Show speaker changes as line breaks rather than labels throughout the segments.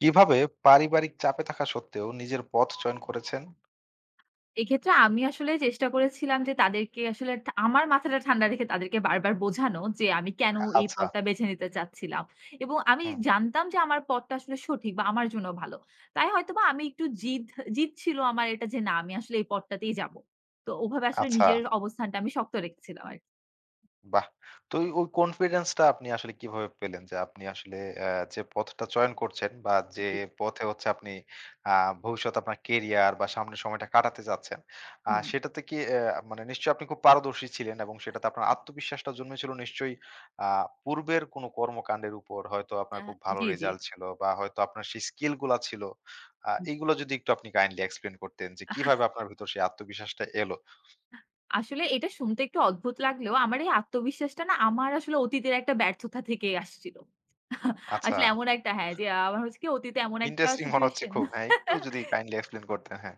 কিভাবে পারিবারিক চাপে থাকা সত্ত্বেও নিজের পথ চয়ন করেছেন?
এক্ষেত্রে আমি আসলে চেষ্টা করেছিলাম যে তাদেরকে আসলে আমার মাথাটা ঠান্ডা রেখে তাদেরকে বারবার বোঝানো যে আমি কেন এই
আচ্ছা।
পথটা বেছে নিতে চাচ্ছিলাম। এবং আমি
হুম,
জানতাম যে আমার পথটা আসলে সঠিক বা আমার জন্য ভালো। তাই হয়তোবা আমি একটু জিদ জিদ ছিল আমার এটা যে না আমি আসলে এই পথটাতেই যাবো। তো ওভাবে আসলে
আচ্ছা।
নিজের অবস্থানটা আমি শক্ত রেখেছিলাম আরকি।
বাহ! তো ওই কনফিডেন্স টা আপনি আসলে কিভাবে পেলেন? যে আপনি আসলে যে পথটা চয়ন করছেন বা যে
জি।
পথে হচ্ছে আপনি আ ভবিষ্যতে আপনার কেরিয়ার বা সামনের সময়টা কাটাতে চাচ্ছেন,
হুম।
সেটাতে কি মানে নিশ্চয়ই আপনি খুব পারদর্শী ছিলেন এবং সেটাতে আপনার আত্মবিশ্বাসটা জন্মেছিল নিশ্চয়ই আ পূর্বের কোনো কর্মকাণ্ডের উপর। হয়তো আপনার
আ
খুব ভালো
জি, জি।
রেজাল্ট ছিল বা হয়তো আপনার সেই স্কিল গুলা ছিল। এগুলো যদি একটু আপনি কাইন্ডলি এক্সপ্লেইন করতেন যে কিভাবে আপনার ভিতর সেই আত্মবিশ্বাসটা এলো?
আসলে এটা শুনতে একটু অদ্ভুত লাগলেও আমার এই আত্মবিশ্বাসটা না আমার আসলে অতীতের একটা ব্যর্থতা থেকে আসছিল।
আচ্ছা।
আসলে এমন একটা হ্যাঁ, যে আমার হচ্ছে কি অতীতে এমন একটা
ইন্টারেস্টিং মনে হচ্ছে
সিচুয়েশন
খুব। হ্যাঁ, একটু যদি কাইন্ডলি এক্সপ্লেইন করতেন। হ্যাঁ।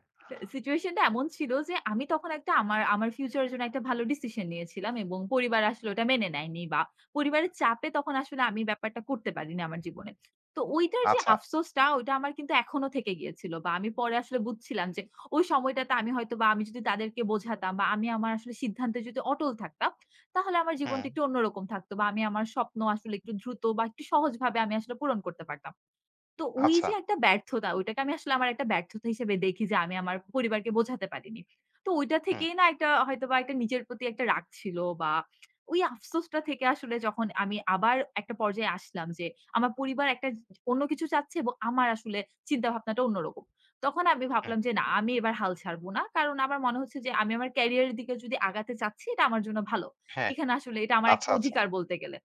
সিচুয়েশনটা এমন ছিল যে আমি তখন একটা আমার আমার ফিউচারের জন্য একটা ভালো ডিসিশন নিয়েছিলাম এবং পরিবার আসলে ওটা মেনে নেয়নি বা পরিবারের চাপে তখন আসলে আমি ব্যাপারটা করতে পারিনি আমার জীবনে। তো ওইটার যে
আচ্ছা।
আফসোসটা ওইটা আমার কিন্তু এখনো থেকে গিয়েছিল বা আমি পরে আসলে বুঝছিলাম যে ওই সময়টাতে আমি হয়তোবা আমি যদি তাদেরকে বোঝাতাম বা আমি আমার আসলে সিদ্ধান্তে যদি অটল থাকতাম, তাহলে আমার
হুম,
জীবনটা একটু অন্যরকম থাকতো বা আমি আমার স্বপ্ন আসলে একটু দ্রুত বা একটু সহজভাবে আমি আসলে পূরণ করতে পারতাম। তো ওই
আচ্ছা।
যে একটা ব্যর্থতা, ওইটাকে আমি আসলে আমার একটা ব্যর্থতা হিসেবে দেখি যে আমি আমার পরিবারকে বোঝাতে পারিনি। তো ওইটা
হুম,
থেকেই না একটা হয়তোবা একটা নিজের প্রতি একটা রাগ ছিল বা ওই আফসোসটা থেকে আসলে যখন আমি আবার একটা পর্যায়ে আসলাম যে আমার পরিবার একটা অন্য কিছু চাচ্ছে এবং আমার আসলে চিন্তাভাবনাটা অন্যরকম। তখন আমি
হুম।
ভাবলাম যে না আমি এবার হাল ছাড়ব না। কারণ আমার মনে হচ্ছে যে আমি আমার ক্যারিয়ারের দিকে যদি আগাতে চাচ্ছি এটা আমার জন্য ভালো।
হ্যাঁ।
এখানে আসলে এটা আমার একটা
আচ্ছা, আচ্ছা।
অধিকার বলতে গেলে।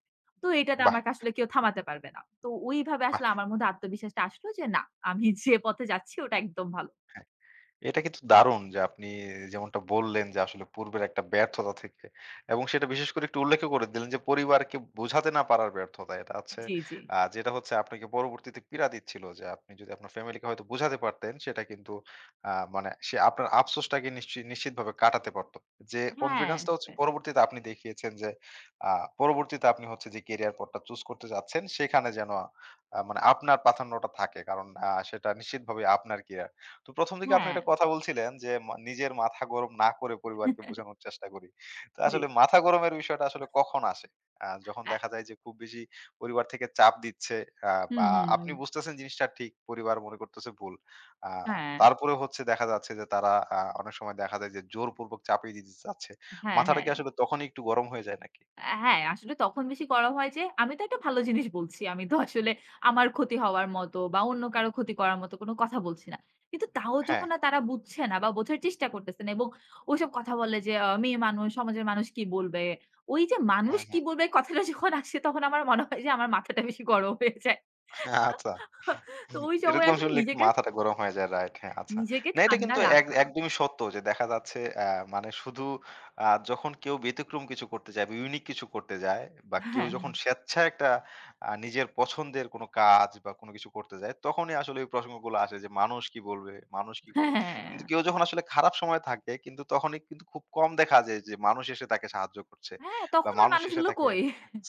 তো এটাতে
বাহ!
আমাকে
বাহ!
আসলে কেউ থামাতে পারবে না। তো ওইভাবে আসলে আমার মধ্যে আত্মবিশ্বাসটা আসলো যে না, আমি যে পথে যাচ্ছি ওটা একদম ভালো।
এটা কিন্তু দারুণ যে আপনি যেমনটা বললেন যে আসলে পূর্বের একটা ব্যর্থতা থেকে এবং সেটা বিশেষ করে একটু উল্লেখ করে দিলেন যে পরিবারকে বোঝাতে না পারার ব্যর্থতা এটা আছে
জি, জি।
যেটা হচ্ছে আপনাকে পরবর্তীতে পীড়া দিচ্ছিল যে আপনি যদি আপনার ফ্যামিলিকে হয়তো বোঝাতে পারতেন সেটা কিন্তু মানে সে আপনার আফসোসটাকে নিশ্চিতভাবে কাটাতে পারতো যে
হ্যাঁ,
কনফিডেন্সটা হচ্ছে পরবর্তীতে আপনি দেখিয়েছেন যে পরবর্তীতে আপনি হচ্ছে যে কেরিয়ার পথটা চুজ করতে যাচ্ছেন সেখানে যেন মানে আপনার প্রাধান্যটা থাকে কারণ সেটা নিশ্চিতভাবে আপনার কি। তো ১ম দিকে আপনি
হ্যাঁ,
একটা কথা বলছিলেন যে, মা নিজের মাথা গরম না করে পরিবারকে বোঝানোর চেষ্টা করি। তো
জি।
আসলে মাথা গরমের বিষয়টা আসলে কখন আসে? যখন
অ্যা
দেখা যায় যে খুব বেশি পরিবার থেকে চাপ দিচ্ছে
হুম,
বা
হুম,
আপনি
হুম।
বুঝতেছেন জিনিসটা ঠিক, পরিবার মনে করতেছে ভুল। আ
হ্যাঁ,
তারপরেও হচ্ছে দেখা যাচ্ছে যে তারা অনেক সময় দেখা যায় যে জোরপূর্বক চাপিয়ে দিতে চাচ্ছে।
হ্যাঁ,
মাথাটা
হ্যাঁ।
কি আসলে তখনই একটু গরম হয়ে যায় নাকি?
হ্যাঁ, আসলে তখন বেশি করা হয় যে, আমি তো একটা ভালো জিনিস বলছি। আমি তো আসলে আমার ক্ষতি হওয়ার মতো বা অন্য কারো ক্ষতি করার মতো কোনো কথা বলছি না। কিন্তু তাও
হ্যাঁ।
যখন না তারা বুঝছে না বা বোঝার চেষ্টা করতেছে না এবং ওইসব কথা বলে যে, মেয়ে মানুষ, সমাজের মানুষ কি বলবে? ওই যে
হুম,
মানুষ কি
হুম।
বলবে কথাটা যখন আসে তখন আমার মনে হয় যে আমার মাথাটা বেশি গরম হয়ে যায়।
আচ্ছা।
তো
হুম,
ওই সময়
এরকম
আসলে
শুনলে একটু
নিজেকে
মাথাটা গরম হয়ে যায়। রাইট, হ্যাঁ, আচ্ছা।
নিজেকে
না এটা
ঠান্ডা
কিন্তু এক
রাখা।
একদমই সত্য যে দেখা যাচ্ছে মানে শুধু যখন কেউ ব্যতিক্রম কিছু করতে যায় বা ইউনিক কিছু করতে যায় বা কেউ
হ্যাঁ,
যখন স্বেচ্ছায় একটা নিজের পছন্দের কোনো কাজ বা কোনো কিছু করতে যায়, তখনই আসলে ওই প্রসঙ্গগুলো আসে যে মানুষ কি বলবে, মানুষ কি
হ্যাঁ,
বলবে? কিন্তু
হ্যাঁ,
কেউ যখন আসলে খারাপ সময় থাকে কিন্তু তখনই কিন্তু খুব কম দেখা যায় যে মানুষ এসে তাকে সাহায্য করছে
হ্যাঁ,
বা
তখন ওই
মানুষ এসে
মানুষগুলো
তাকে
কই?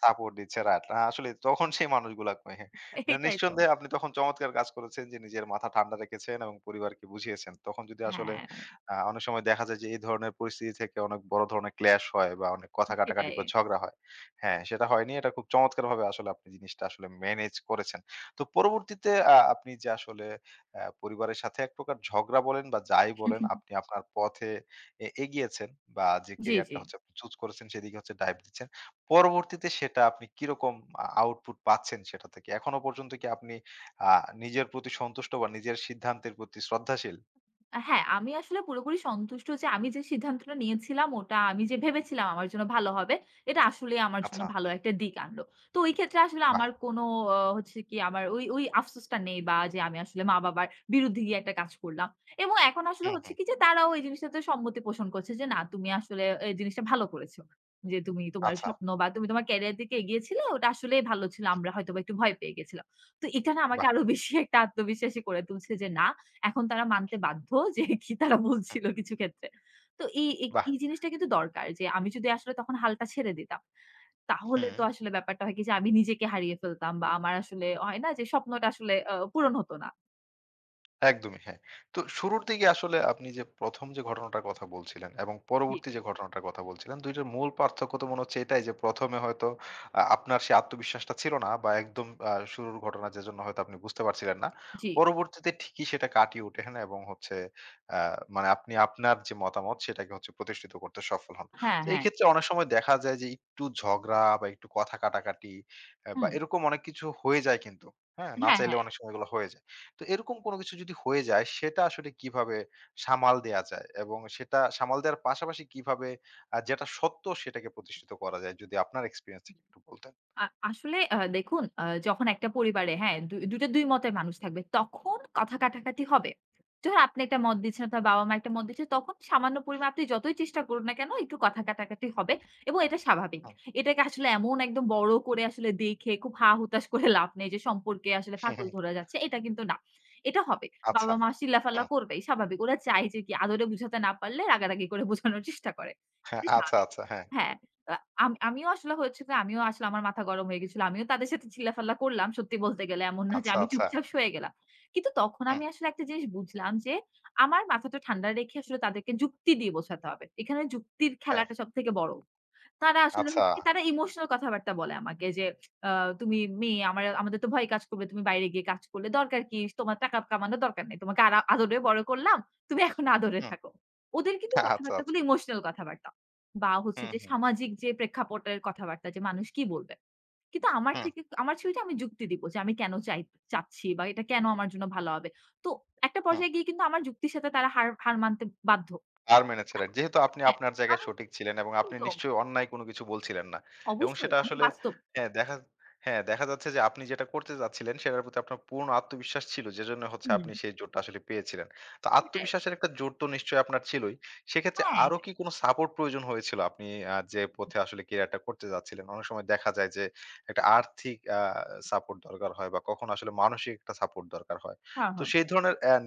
সাপোর্ট দিচ্ছে। রাইট, আসলে তখন সেই মানুষগুলা কই হ্যাঁ। না,
এটাই তো।
নিঃসন্দেহে আপনি তখন চমৎকার কাজ করেছেন যে নিজের মাথা ঠান্ডা রেখেছেন এবং পরিবারকে বুঝিয়েছেন। তখন যদি আসলে
হ্যাঁ,
অনেক সময় দেখা যায় যে এই ধরনের পরিস্থিতি থেকে অনেক বড় ধরনের ক্ল্যাশ হয় বা অনেক কথা কাটাকাটি
সেটাই।
বা ঝগড়া হয়। হ্যাঁ, সেটা হয়নি। এটা খুব চমৎকারভাবে আসলে আপনি জিনিসটা আসলে ম্যানেজ করেছেন। তো পরবর্তীতে আপনি যে আসলে পরিবারের সাথে এক প্রকার ঝগড়া বলেন বা যাই বলেন আপনি আপনার পথে এগিয়েছেন বা যে
জি, জি।
ক্যারিয়ারটা হচ্ছে আপনি চুজ করেছেন সেদিকে হচ্ছে ডাইভ দিচ্ছেন। পরবর্তীতে সেটা আপনি কিরকম আউটপুট পাচ্ছেন সেটা থেকে? এখনো পর্যন্ত কি আপনি আ নিজের প্রতি সন্তুষ্ট বা নিজের সিদ্ধান্তের প্রতি শ্রদ্ধাশীল?
হ্যাঁ, আমি আসলে পুরোপুরি সন্তুষ্ট যে আমি যে সিদ্ধান্তটা নিয়েছিলাম ওটা আমি যে ভেবেছিলাম আমার জন্য ভালো হবে, এটা আসলেই আমার জন্য
আচ্ছা,
ভালো একটা দিক আনলো। তো ওই ক্ষেত্রে আসলে
বাহ!
আমার কোনো হচ্ছে কি আমার ওই ওই আফসোসটা নেই বা যে আমি আসলে মা-বাবার বিরুদ্ধে গিয়ে একটা কাজ করলাম। এবং এখন আসলে
হুম,
হচ্ছে
হুম।
কি যে তারাও এই জিনিসটাতে সম্মতি পোষণ করছে যে না তুমি আসলে এই জিনিসটা ভালো করেছো। যে তুমি তোমার
আচ্ছা,
স্বপ্ন বা তুমি তোমার ক্যারিয়ার দিকে এগিয়েছিলে ওটা আসলেই ভালো ছিল। আমরা হয়তোবা একটু ভয় পেয়ে গেছিলাম। তো এটা না আমাকে
বাহ!
আরো বেশি একটা আত্মবিশ্বাসী করে তুলছে যে না এখন তারা মানতে বাধ্য যে কি তারা বলছিল কিছু ক্ষেত্রে। তো এই এই
বাহ!
এই জিনিসটা কিন্তু দরকার যে আমি যদি আসলে তখন হালটা ছেড়ে দিতাম, তাহলে
হুম।
তো আসলে ব্যাপারটা হয় কি যে আমি নিজেকে হারিয়ে ফেলতাম বা আমার আসলে হয় না যে স্বপ্নটা আসলে পূরণ হতো না।
একদমই হ্যাঁ। তো শুরুর দিকে আসলে আপনি যে ১ম যে ঘটনাটার কথা বলছিলেন এবং
জি,
পরবর্তী যে ঘটনাটার কথা বলছিলেন ২ টার মূল পার্থক্য তো মনে হচ্ছে এটাই যে ১ম এ হয়তো আপনার সেই আত্মবিশ্বাসটা ছিল না বা একদম শুরুর ঘটনা যেজন্য হয়তো আপনি বুঝতে পারছিলেন না।
জি।
পরবর্তীতে ঠিকই সেটা কাটিয়ে উঠেন এবং হচ্ছে আ মানে আপনি আপনার যে মতামত সেটাকে হচ্ছে প্রতিষ্ঠিত করতে সফল হন।
হ্যাঁ,
তো এই
হ্যাঁ।
ক্ষেত্রে অনেক সময় দেখা যায় যে একটু ঝগড়া বা একটু কথা কাটাকাটি বা
হুম।
এরকম অনেক কিছু হয়ে যায় কিন্তু। হ্যাঁ? না
হ্যাঁ,
চাইলেও
হ্যাঁ।
অনেক সময় এগুলো হয়ে যায়। তো এরকম কোনো কিছু যদি হয়ে যায় সেটা আসলে কিভাবে সামাল দেয়া যায়? এবং সেটা সামাল দেওয়ার পাশাপাশি কিভাবে যেটা সত্য সেটাকে প্রতিষ্ঠিত করা যায়? যদি আপনার এক্সপেরিয়েন্স থেকে একটু বলতেন।
আ আসলে দেখুন যখন একটা পরিবারে হ্যাঁ, দুটা ২ মতের মানুষ থাকবে তখন কথা কাটাকাটি হবে। যখন আপনি একটা মত দিচ্ছেন আপনার বাবা-মা একটা মত দিচ্ছে তখন সামান্য পরিমাণ আপনি যতই চেষ্টা করুন না কেন একটু কথা কাটাকাটি হবে এবং এটা স্বাভাবিক।
হুম,
এটাকে আসলে এমন একদম বড় করে আসলে দেখে খুব হা-হুতাশ করে লাভ নেই যে সম্পর্কে আসলে
হুম,
ফাটল
হুম।
ধরা যাচ্ছে এটা কিন্তু না। এটা হবে।
আচ্ছা।
বাবা-মা চিল্লাফাল্লা
হুম।
করবেই স্বাভাবিক। ওরা চায় যে কি আদরে বুঝাতে না পারলে রাগারাগি করে বোঝানোর চেষ্টা করে।
হ্যাঁ,
এটা
আচ্ছা,
স্বাভাবিক।
আচ্ছা। হ্যাঁ।
হ্যাঁ, আ আমি আসলে হয়েছে যে আমিও আসলে আমার মাথা গরম হয়ে গেছিল। আমিও তাদের সাথে চিল্লাফাল্লা করলাম সত্যি বলতে গেলে। এমন না যে
আচ্ছা,
আমি
আচ্ছা।
চুপচাপ সয়ে গেলাম। কিন্তু তখন
হুম।
আমি আসলে একটা জিনিস বুঝলাম যে আমার মাথাটা ঠান্ডা রেখে আসলে তাদেরকে যুক্তি দিয়ে বোঝাতে হবে। এখানে যুক্তির
হ্যাঁ।
খেলাটা সবথেকে বড়। তারা আসলে
আচ্ছা।
হচ্ছে কি তারা ইমোশনাল কথাবার্তা বলে আমাকে যে আ "তুমি মেয়ে আমাদের তো ভয় কাজ করবে। তুমি বাইরে গিয়ে কাজ করলে দরকার কি? তোমার টাকা কামানোর দরকার নেই। তোমাকে আরা আদরে বড় করলাম। তুমি এখন আদরে
হুম।
থাকো।" ওদের কিন্তু
আচ্ছা, আচ্ছা।
কথাবার্তাগুলো ইমোশনাল কথাবার্তা। বা হচ্ছে
হুম,
যে
হুম।
সামাজিক যে প্রেক্ষাপটের কথাবার্তা যে মানুষ কি বলবে? কিন্তু আমার
হুম,
থেকে আমার ছবিটা আমি যুক্তি দিব যে আমি কেন চাচ্ছি বা এটা কেন আমার জন্য ভালো হবে। তো একটা
হুম।
পর্যায়ে গিয়ে কিন্তু আমার যুক্তির সাথে তারা হার হার মানতে বাধ্য।
আর মেনেছে রাইট। যেহেতু আপনি
হ্যাঁ,
আপনার জায়গায়
আমি
সঠিক ছিলেন এবং আপনি
একদম
নিশ্চয়ই অন্যায় কোনো কিছু বলছিলেন না। এবং
অবশ্যই
সেটা
আমি
আসলে
বাস্তব
হ্যাঁ, দেখা হ্যাঁ, দেখা যাচ্ছে যে আপনি যেটা করতে যাচ্ছিলেন সেটার প্রতি আপনার পূর্ণ আত্মবিশ্বাস ছিল। যেজন্য হচ্ছে
হুম,
আপনি সেই জোরটা আসলে পেয়েছিলেন। তো
সেটাই।
আত্মবিশ্বাসের একটা জোর তো নিশ্চয়ই আপনার ছিলই। সেক্ষেত্রে
হ্যাঁ,
আরো
এটাই।
কি কোনো সাপোর্ট প্রয়োজন হয়েছিল? আপনি যে পথে আসলে ক্যারিয়ারটা করতে যাচ্ছিলেন। অনেক সময় দেখা যায় যে একটা আর্থিক সাপোর্ট দরকার হয় বা কখনো আসলে মানসিক একটা সাপোর্ট দরকার হয়।
হ্যাঁ,
তো
হ্যাঁ।
সেই ধরনের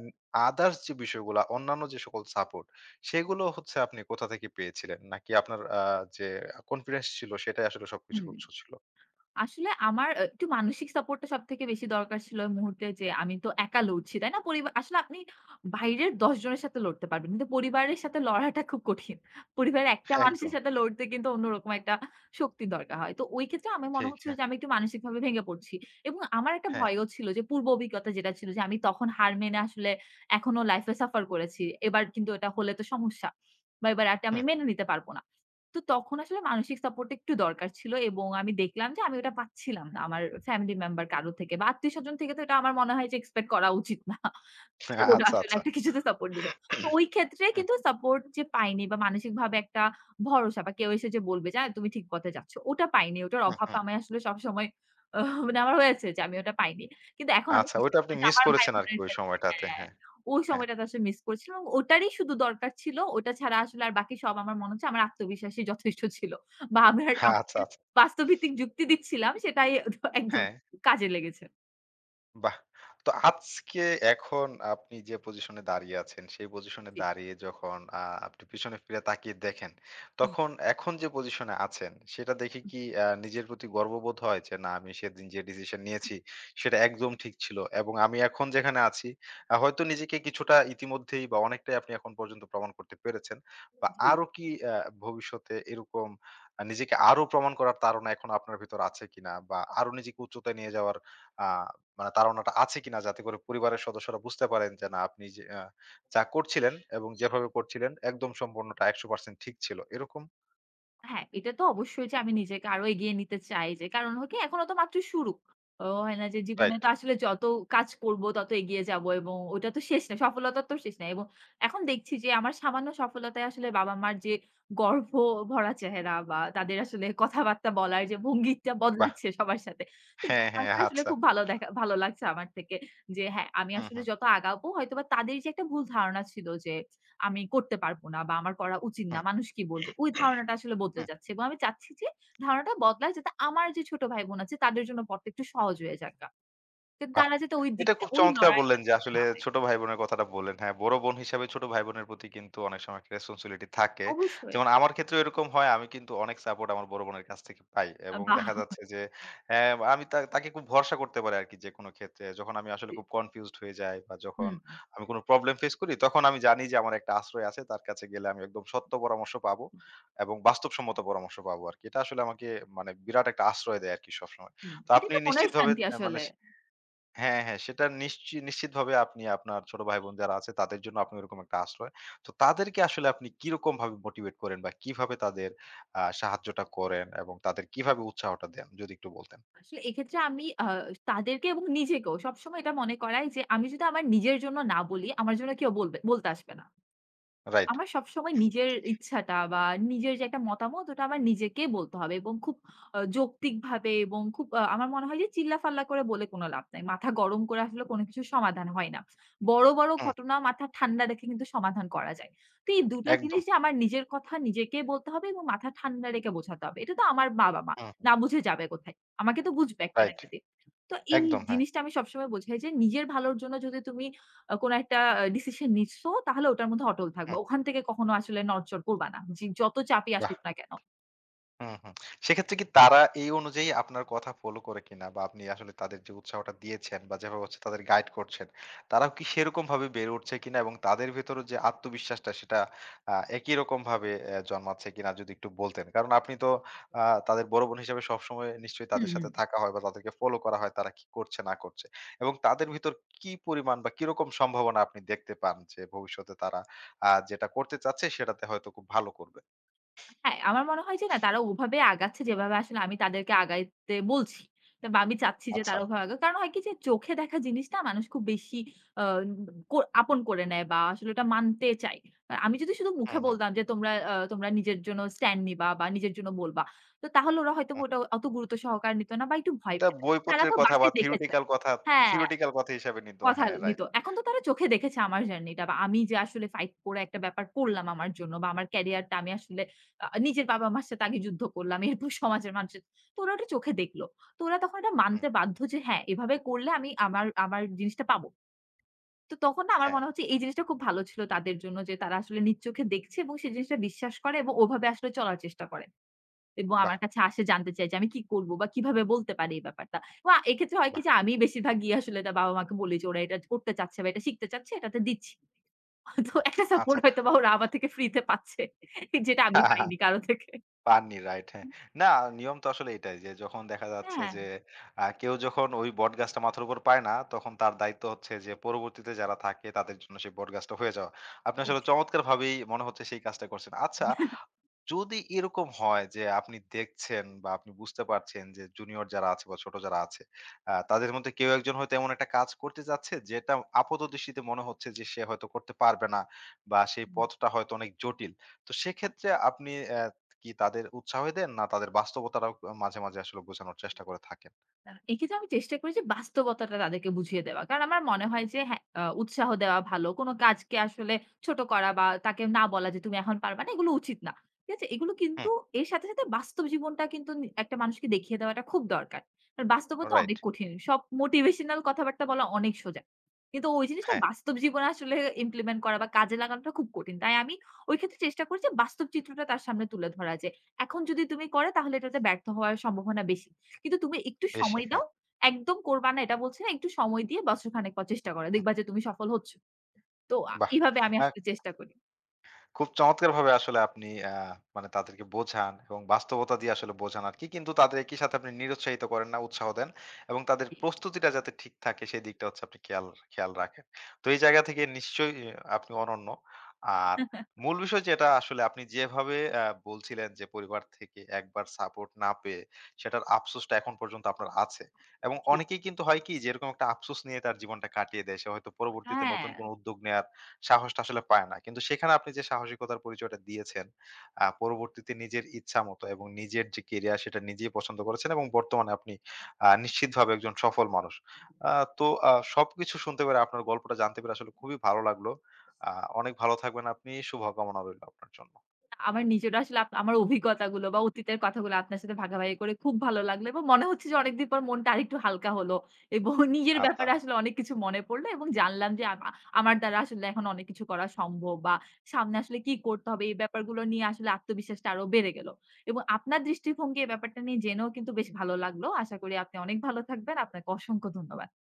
আদার্স যে বিষয়গুলা অন্যান্য যে সকল সাপোর্ট সেগুলো হচ্ছে আপনি কোথা থেকে পেয়েছিলেন? নাকি আপনার যে কনফিডেন্স ছিল সেটাই আসলে সবকিছুর
হুম।
উৎস ছিল?
আসলে আমার একটু মানসিক সাপোর্টটা সবথেকে বেশি দরকার ছিল ওই মুহূর্তে যে আমি তো একা লড়ছি, তাই না? আসলে আপনি বাইরের ১০ জনের সাথে লড়তে পারবেন। কিন্তু পরিবারের সাথে লড়াটা খুব কঠিন। পরিবারের একটা মানুষের
একদম।
সাথে লড়তে কিন্তু অন্যরকম একটা শক্তির দরকার হয়। তো ওই ক্ষেত্রে আমার মনে
ঠিক,
হচ্ছিল
হ্যাঁ,
যে আমি একটু মানসিকভাবে ভেঙে পড়ছি। এবং আমার একটা
হ্যাঁ,
ভয়ও ছিল যে পূর্ব অভিজ্ঞতা যেটা ছিল যে আমি তখন হার মেনে আসলে এখনো লাইফ এ সাফার করেছি। এবার কিন্তু এটা হলে তো সমস্যা। বা এবার এটা
হুম,
আমি মেনে নিতে পারব না। তো তখন আসলে মানসিক সাপোর্ট একটু দরকার ছিল এবং আমি দেখলাম যে আমি ওটা পাচ্ছিলাম না। আমার ফ্যামিলি মেম্বার কারো থেকে বা আত্মীয়স্বজন থেকে তো এটা আমার মনে হয় যে এক্সপেক্ট করা উচিত না। যে ওরা
আচ্ছা,
আসলে
আচ্ছা।
একটা কিছুতে সাপোর্ট দিবে। তো ওই ক্ষেত্রে
হুম,
কিন্তু সাপোর্ট যে পাইনি বা মানসিকভাবে একটা ভরসা বা কেউ এসে যে বলবে যে, তুমি ঠিক পথে যাচ্ছ।" ওটা পাইনি। ওটার
হুম,
অভাব
হুম।
আমি আসলে সবসময় আহ মানে আমার হয়েছে যে আমি ওটা পাইনি। কিন্তু এখন আমি
আচ্ছা,
চেষ্টা
ওইটা আপনি
করি যে
মিস
আমার
করেছেন আরকি
ভাই-বোনের
ওই
ক্ষেত্রে
সময়টাতে।
হ্যাঁ।
হ্যাঁ,
ওই সময়টাতে আসলে মিস করছিলাম। এবং ওটারই শুধু দরকার ছিল। ওটা ছাড়া আসলে আর বাকি সব আমার মনে হচ্ছে আমার আত্মবিশ্বাসই যথেষ্ট ছিল। বা আমার
হ্যাঁ,
আমি
আচ্ছা,
যে
আচ্ছা।
বাস্তবভিত্তিক যুক্তি দিচ্ছিলাম সেটাই একদম
হ্যাঁ।
কাজে লেগেছে।
বাহ! তো আজকে এখন আপনি যে পজিশনে দাঁড়িয়ে আছেন, সেই পজিশনে
জি।
দাঁড়িয়ে যখন আপনি পিছনে ফিরে তাকিয়ে দেখেন,
হুম,
তখন এখন যে পজিশনে আছেন, সেটা দেখে কি নিজের প্রতি গর্ববোধ হয় যে, "না, আমি সেদিন যে ডিসিশন নিয়েছি, সেটা একদম ঠিক ছিল।" এবং আমি এখন যেখানে আছি, হয়তো নিজেকে কিছুটা ইতিমধ্যেই বা অনেকটাই আপনি এখন পর্যন্ত প্রমাণ করতে পেরেছেন। বা
জি।
আরো কি আ ভবিষ্যতে এরকম নিজেকে আরো প্রমাণ করার তাড়না এখন আপনার ভেতর আছে কিনা? বা আরো নিজেকে উচ্চতায় নিয়ে যাওয়ার আ মানে তাড়নাটা আছে কিনা? যাতে করে পরিবারের সদস্যরা বুঝতে পারেন যে না আপনি যে যা করছিলেন এবং যেভাবে করছিলেন একদম সম্পূর্ণটা 100% ঠিক ছিল। এরকম?
হ্যাঁ, এটা তো অবশ্যই যে আমি নিজেকে আরো এগিয়ে নিতে চাই যে কারণ হয় কি এখনো তো মাত্র শুরু। ও হয় না যে জীবনে
রাইট।
তো আসলে যত কাজ করব তত এগিয়ে যাব এবং ওটা তো শেষ না। সফলতা তো শেষ নাই এবং এখন দেখছি যে আমার সামান্য সফলতায় আসলে বাবা-মার যে গর্ব ভরা চেহারা বা তাদের আসলে কথাবার্তা বলার যে ভঙ্গিটা
বাহ!
বদলাচ্ছে সবার সাথে। তো
হ্যাঁ, হ্যাঁ
ব্যাপারটা আসলে
আচ্ছা।
খুব ভালো দেখা ভালো লাগছে আমার থেকে যে হ্যাঁ, আমি
হুম,
আসলে
হুম,
যত আগাবো হয়তোবা তাদের যে একটা ভুল ধারণা ছিল যে আমি করতে পারব না বা আমার করা উচিত না।
হুম,
মানুষ কি বলবে? ওই ধারণাটা আসলে বদলে
হুম।
যাচ্ছে এবং আমি চাচ্ছি যে ধারণাটা বদলায় যাতে আমার যে ছোট ভাই-বোন আছে তাদের জন্য পথটা একটু সহজ হয়ে যাক গা। কিন্তু
বাহ!
তারা যাতে ওই
এটা
দিকটা
খুব
ওই
চমৎকার বললেন
লড়াইটা
যে
করতে
আসলে
না হয়।
ছোট ভাই-বোনের কথাটা বললেন। হ্যাঁ, বড় বোন হিসাবে ছোট ভাই-বোনের প্রতি কিন্তু অনেক সময় একটা রেসপনসিবিলিটি থাকে।
অবশ্যই।
যেমন আমার ক্ষেত্রেও এরকম হয়। আমি কিন্তু অনেক সাপোর্ট আমার বড় বোনের কাছ থেকে পাই। এবং
বাহ!
দেখা যাচ্ছে যে অ্যা আমি তাকে খুব ভরসা করতে পারি আরকি যেকোনো ক্ষেত্রে। যখন আমি আসলে খুব কনফিউজড হয়ে যাই বা যখন
হুম, হুম।
আমি কোনো প্রবলেম ফেস করি তখন আমি জানি যে আমার একটা আশ্রয় আছে। তার কাছে গেলে আমি একদম সত্য পরামর্শ পাবো এবং বাস্তবসম্মত পরামর্শ পাবো আরকি। এটা আসলে আমাকে মানে বিরাট একটা আশ্রয় দেয় আরকি সবসময়। তো
এটা
আপনি
একটা মনের
নিশ্চিতভাবে
শান্তি
মানে
আসলে।
হ্যাঁ, হ্যাঁ। সেটা নিশ্চিতভাবে আপনি আপনার ছোট ভাই-বোন যারা আছে তাদের জন্য আপনি ওরকম একটা আশ্রয়। তো তাদেরকে আসলে আপনি কিরকম ভাবে মোটিভেট করেন বা কিভাবে তাদের সাহায্যটা করেন এবং তাদের কিভাবে উৎসাহটা দেন? যদি একটু বলতেন।
আসলে এক্ষেত্রে আমি তাদেরকে এবং নিজেকেও সবসময় এটা মনে করাই যে আমি যদি আমার নিজের জন্য না বলি, আমার জন্য কেউ বলবে বলতে আসবে না।
রাইট।
আমার সবসময় নিজের ইচ্ছাটা বা নিজের যে একটা মতামত ওটা আমার নিজেকেই বলতে হবে এবং খুব যৌক্তিকভাবে এবং খুব আমার মনে হয় যে চিল্লাফাল্লা করে বলে কোনো লাভ নাই। মাথা গরম করে আসলে কোনো কিছুর সমাধান হয় না। বড়
হুম,
ঘটনা মাথা ঠান্ডা রেখে কিন্তু সমাধান করা যায়। তো এই ২ টা
একদম।
জিনিস যে আমার নিজের কথা নিজেকে বলতে হবে এবং মাথা ঠান্ডা রেখে বোঝাতে হবে। এটা তো আমার বাবা-মা।
হুম,
না বুঝে যাবে কোথায়? আমাকে তো বুঝবে একটা না
রাইট।
একটা দিন। তো এই
একদম, হ্যাঁ।
জিনিসটা আমি সবসময় বোঝাই যে নিজের ভালোর জন্য যদি তুমি কোনো একটা ডিসিশন নিচ্ছো তাহলে ওটার মধ্যে অটল থাকবা।
হুম,
ওখান থেকে কখনো আসলে নড়চড় করবা না। যে যত চাপই
বাহ!
আসুক না কেন।
হুম, হুম। সেক্ষেত্রে কি তারা এই অনুযায়ী আপনার কথা ফলো করে কিনা? বা আপনি আসলে তাদের যে উৎসাহটা দিয়েছেন বা যেভাবে হচ্ছে তাদের গাইড করছেন, তারাও কি সেরকমভাবে বেড়ে উঠছে কিনা? এবং তাদের ভেতরে যে আত্মবিশ্বাসটা সেটা একই রকমভাবে জন্মাচ্ছে কিনা যদি একটু বলতেন। কারণ আপনি তো আ তাদের বড় বোন হিসেবে সবসময় নিশ্চয়ই
হুম,
তাদের
হুম।
সাথে থাকা হয় বা তাদেরকে ফলো করা হয় তারা কি করছে না করছে। এবং তাদের ভিতর কি পরিমাণ বা কিরকম সম্ভাবনা আপনি দেখতে পান যে ভবিষ্যতে তারা যেটা করতে চাচ্ছে সেটাতে হয়তো খুব ভালো করবে?
হ্যাঁ, আমার মনে হয় যে না তারা ওভাবে আগাচ্ছে যেভাবে আসলে আমি তাদেরকে আগাইতে বলছি। বা আমি চাচ্ছি যে
আচ্ছা।
তারা ওভাবে আগাক। কারণ হয় কি যে চোখে দেখা জিনিসটা মানুষ খুব বেশি আ কো আপন করে নেয় বা আসলে ওটা মানতে চায়। আর আমি যদি শুধু
হুম,
মুখে
হুম।
বলতাম যে তোমরা তোমরা নিজের জন্য স্ট্যান্ড নিবা বা নিজের জন্য বলবা। তো তাহলে ওরা হয়তো ওটা অত গুরুত্ব সহকারে নিত না বা একটু ভয়
এটা
পেত। তারা
বইপত্রের
তো
কথা বা
বাসায় দেখেছে।
থিওরিটিক্যাল কথা
হ্যাঁ।
থিওরিটিক্যাল কথা হিসাবে নিত।
কথা
হ্যাঁ,
নিত।
রাইট।
এখন তো তারা চোখে দেখেছে আমার জার্নিটা বা আমি যে আসলে ফাইট করে একটা ব্যাপার করলাম আমার জন্য বা আমার ক্যারিয়ারটা আমি আসলে নিজের বাবা-মার সাথে আগে যুদ্ধ করলাম। এরপর সমাজের মানুষের তো ওরা ওটা চোখে দেখল। তো ওরা তখন এটা
হুম,
মানতে বাধ্য যে হ্যাঁ, এভাবে করলে আমি আমার আমার জিনিসটা পাবো। তো তখন না আমার
হ্যাঁ,
মনে হচ্ছে এই জিনিসটা খুব ভালো ছিল তাদের জন্য যে তারা আসলে নিজ চোখে দেখছে এবং সেই জিনিসটা বিশ্বাস করে এবং ওভাবে আসলে চলার চেষ্টা করে। এবং
বাহ!
আমার কাছে আসে জানতে চায় যে আমি কি করব বা কিভাবে বলতে পারি এই ব্যাপারটা। বা এক্ষেত্রে হয় কি
বাহ!
যে আমি বেশিরভাগ গিয়ে আসলে তার বাবা-মাকে বলি যে ওরা এটা করতে চাচ্ছে বা এটা শিখতে চাচ্ছে এটাতে দিচ্ছি। তো একটা সাপোর্ট
আচ্ছা।
হয়তোবা ওরা আমার থেকে ফ্রিতে পাচ্ছে যেটা আমি পাইনি কারো থেকে।
পাননি রাইট হ্যাঁ। না নিয়ম তো আসলে এটাই যে যখন দেখা যাচ্ছে
হ্যাঁ,
যে কেউ যখন ওই বটগাছটা মাথার উপর পায় না তখন তার দায়িত্ব হচ্ছে যে পরবর্তীতে যারা থাকে তাদের জন্য সেই বটগাছটা হয়ে যাওয়া। আপনি আসলে
অবশ্যই।
চমৎকারভাবেই মনে হচ্ছে সেই কাজটা করছেন। আচ্ছা যদি এরকম হয় যে আপনি দেখছেন বা আপনি বুঝতে পারছেন যে জুনিয়র যারা আছে বা ছোট যারা আছে তাদের মধ্যে কেউ একজন হয়তো এমন একটা কাজ করতে যাচ্ছে যেটা আপাত দৃষ্টিতে মনে হচ্ছে যে সে হয়তো করতে পারবে না বা সেই পথটা হয়তো অনেক জটিল তো সেক্ষেত্রে আপনি আহ, কি তাদের উৎসাহ দেন না তাদের বাস্তবতাটাও মাঝে মাঝে আসলে বোঝানোর চেষ্টা করে থাকেন
না, এক্ষেত্রে আমি চেষ্টা করি যে বাস্তবতাটা তাদেরকে বুঝিয়ে দেওয়া। কারণ আমার মনে হয় যে হ্যাঁ, উৎসাহ দেওয়া ভালো। কোন কাজকে আসলে ছোট করা বা তাকে না বলা যে, "তুমি এখন পারবা না" এগুলো উচিত না। ঠিক আছে? এগুলো
হুম
কিন্তু এর সাথে বাস্তব জীবনটা কিন্তু একটা মানুষকে দেখিয়ে দেওয়াটা খুব দরকার। কারণ বাস্তবতা
রাইট
অনেক কঠিন। সব মোটিভেশনাল কথাবার্তা বলা অনেক সোজা। কিন্তু ওই জিনিসটা
হ্যাঁ
বাস্তব জীবনে আসলে ইমপ্লিমেন্ট করা বা কাজে লাগানোটা খুব কঠিন। তাই আমি ওই ক্ষেত্রে চেষ্টা করি যে বাস্তব চিত্রটা তার সামনে তুলে ধরা যে, এখন যদি তুমি করে তাহলে এটাতে ব্যর্থ হওয়ার সম্ভাবনা বেশি। কিন্তু তুমি একটু
বেশি
সময়
হ্যাঁ
দাও। একদম করবা না এটা বলছি না। একটু সময় দিয়ে বছরখানেক পর চেষ্টা করো।
হুম,
দেখবা যে তুমি সফল হচ্ছ। তো এভাবে আমি
বাহ
আসলে চেষ্টা করি।
খুব চমৎকারভাবে আসলে আপনি মানে তাদেরকে বোঝান এবং বাস্তবতা দিয়ে আসলে বোঝান আরকি। কিন্তু তাদের একই সাথে আপনি নিরুৎসাহিত করেন না, উৎসাহ দেন এবং তাদের
জি।
প্রস্তুতিটা যাতে ঠিক থাকে সেই দিকটা হচ্ছে আপনি খেয়াল খেয়াল রাখেন। তো এই জায়গা থেকে নিশ্চয়ই আপনি অনন্য। আর মূল বিষয় যেটা আসলে আপনি যেভাবে বলছিলেন যে পরিবার থেকে একবার সাপোর্ট না পেয়ে সেটার আফসোসটা এখন পর্যন্ত আপনার আছে। এবং
জি।
অনেকেই কিন্তু হয় কি যে এরকম একটা আফসোস নিয়ে তার জীবনটা কাটিয়ে দেয়। সে হয়তো পরবর্তীতে
হ্যাঁ।
নতুন কোনো উদ্যোগ নেয়ার সাহসটা আসলে পায় না। কিন্তু সেখানে আপনি যে সাহসিকতার পরিচয়টা দিয়েছেন, পরবর্তীতে নিজের ইচ্ছামত এবং নিজের যে কেরিয়ার সেটা নিজেই পছন্দ করেছেন এবং বর্তমানে আপনি নিশ্চিতভাবে একজন সফল মানুষ। আ তো সবকিছু শুনতে পেরে আপনার গল্পটা জানতে পেরে আসলে খুবই ভালো লাগলো। আ অনেক ভালো থাকবেন আপনি। শুভকামনা রইলো আপনার জন্য।
আমার নিজেরও আসলে আমার অভিজ্ঞতাগুলো বা অতীতের কথাগুলো আপনার সাথে ভাগাভাগি করে খুব ভালো লাগলো এবং মনে হচ্ছে যে অনেকদিন পর মনটা আরেকটু হালকা হলো এবং নিজের
আচ্ছা।
ব্যাপারে আসলে অনেক কিছু মনে পড়লো এবং জানলাম যে আমার দ্বারা আসলে এখন অনেক কিছু করা সম্ভব বা সামনে আসলে কি করতে হবে এই ব্যাপারগুলো নিয়ে আসলে আত্মবিশ্বাসটা আরো বেড়ে গেল এবং আপনার দৃষ্টিভঙ্গি এই ব্যাপারটা নিয়ে জেনেও কিন্তু বেশ ভালো লাগলো। আশা করি আপনি অনেক ভালো থাকবেন। আপনাকে অসংখ্য ধন্যবাদ।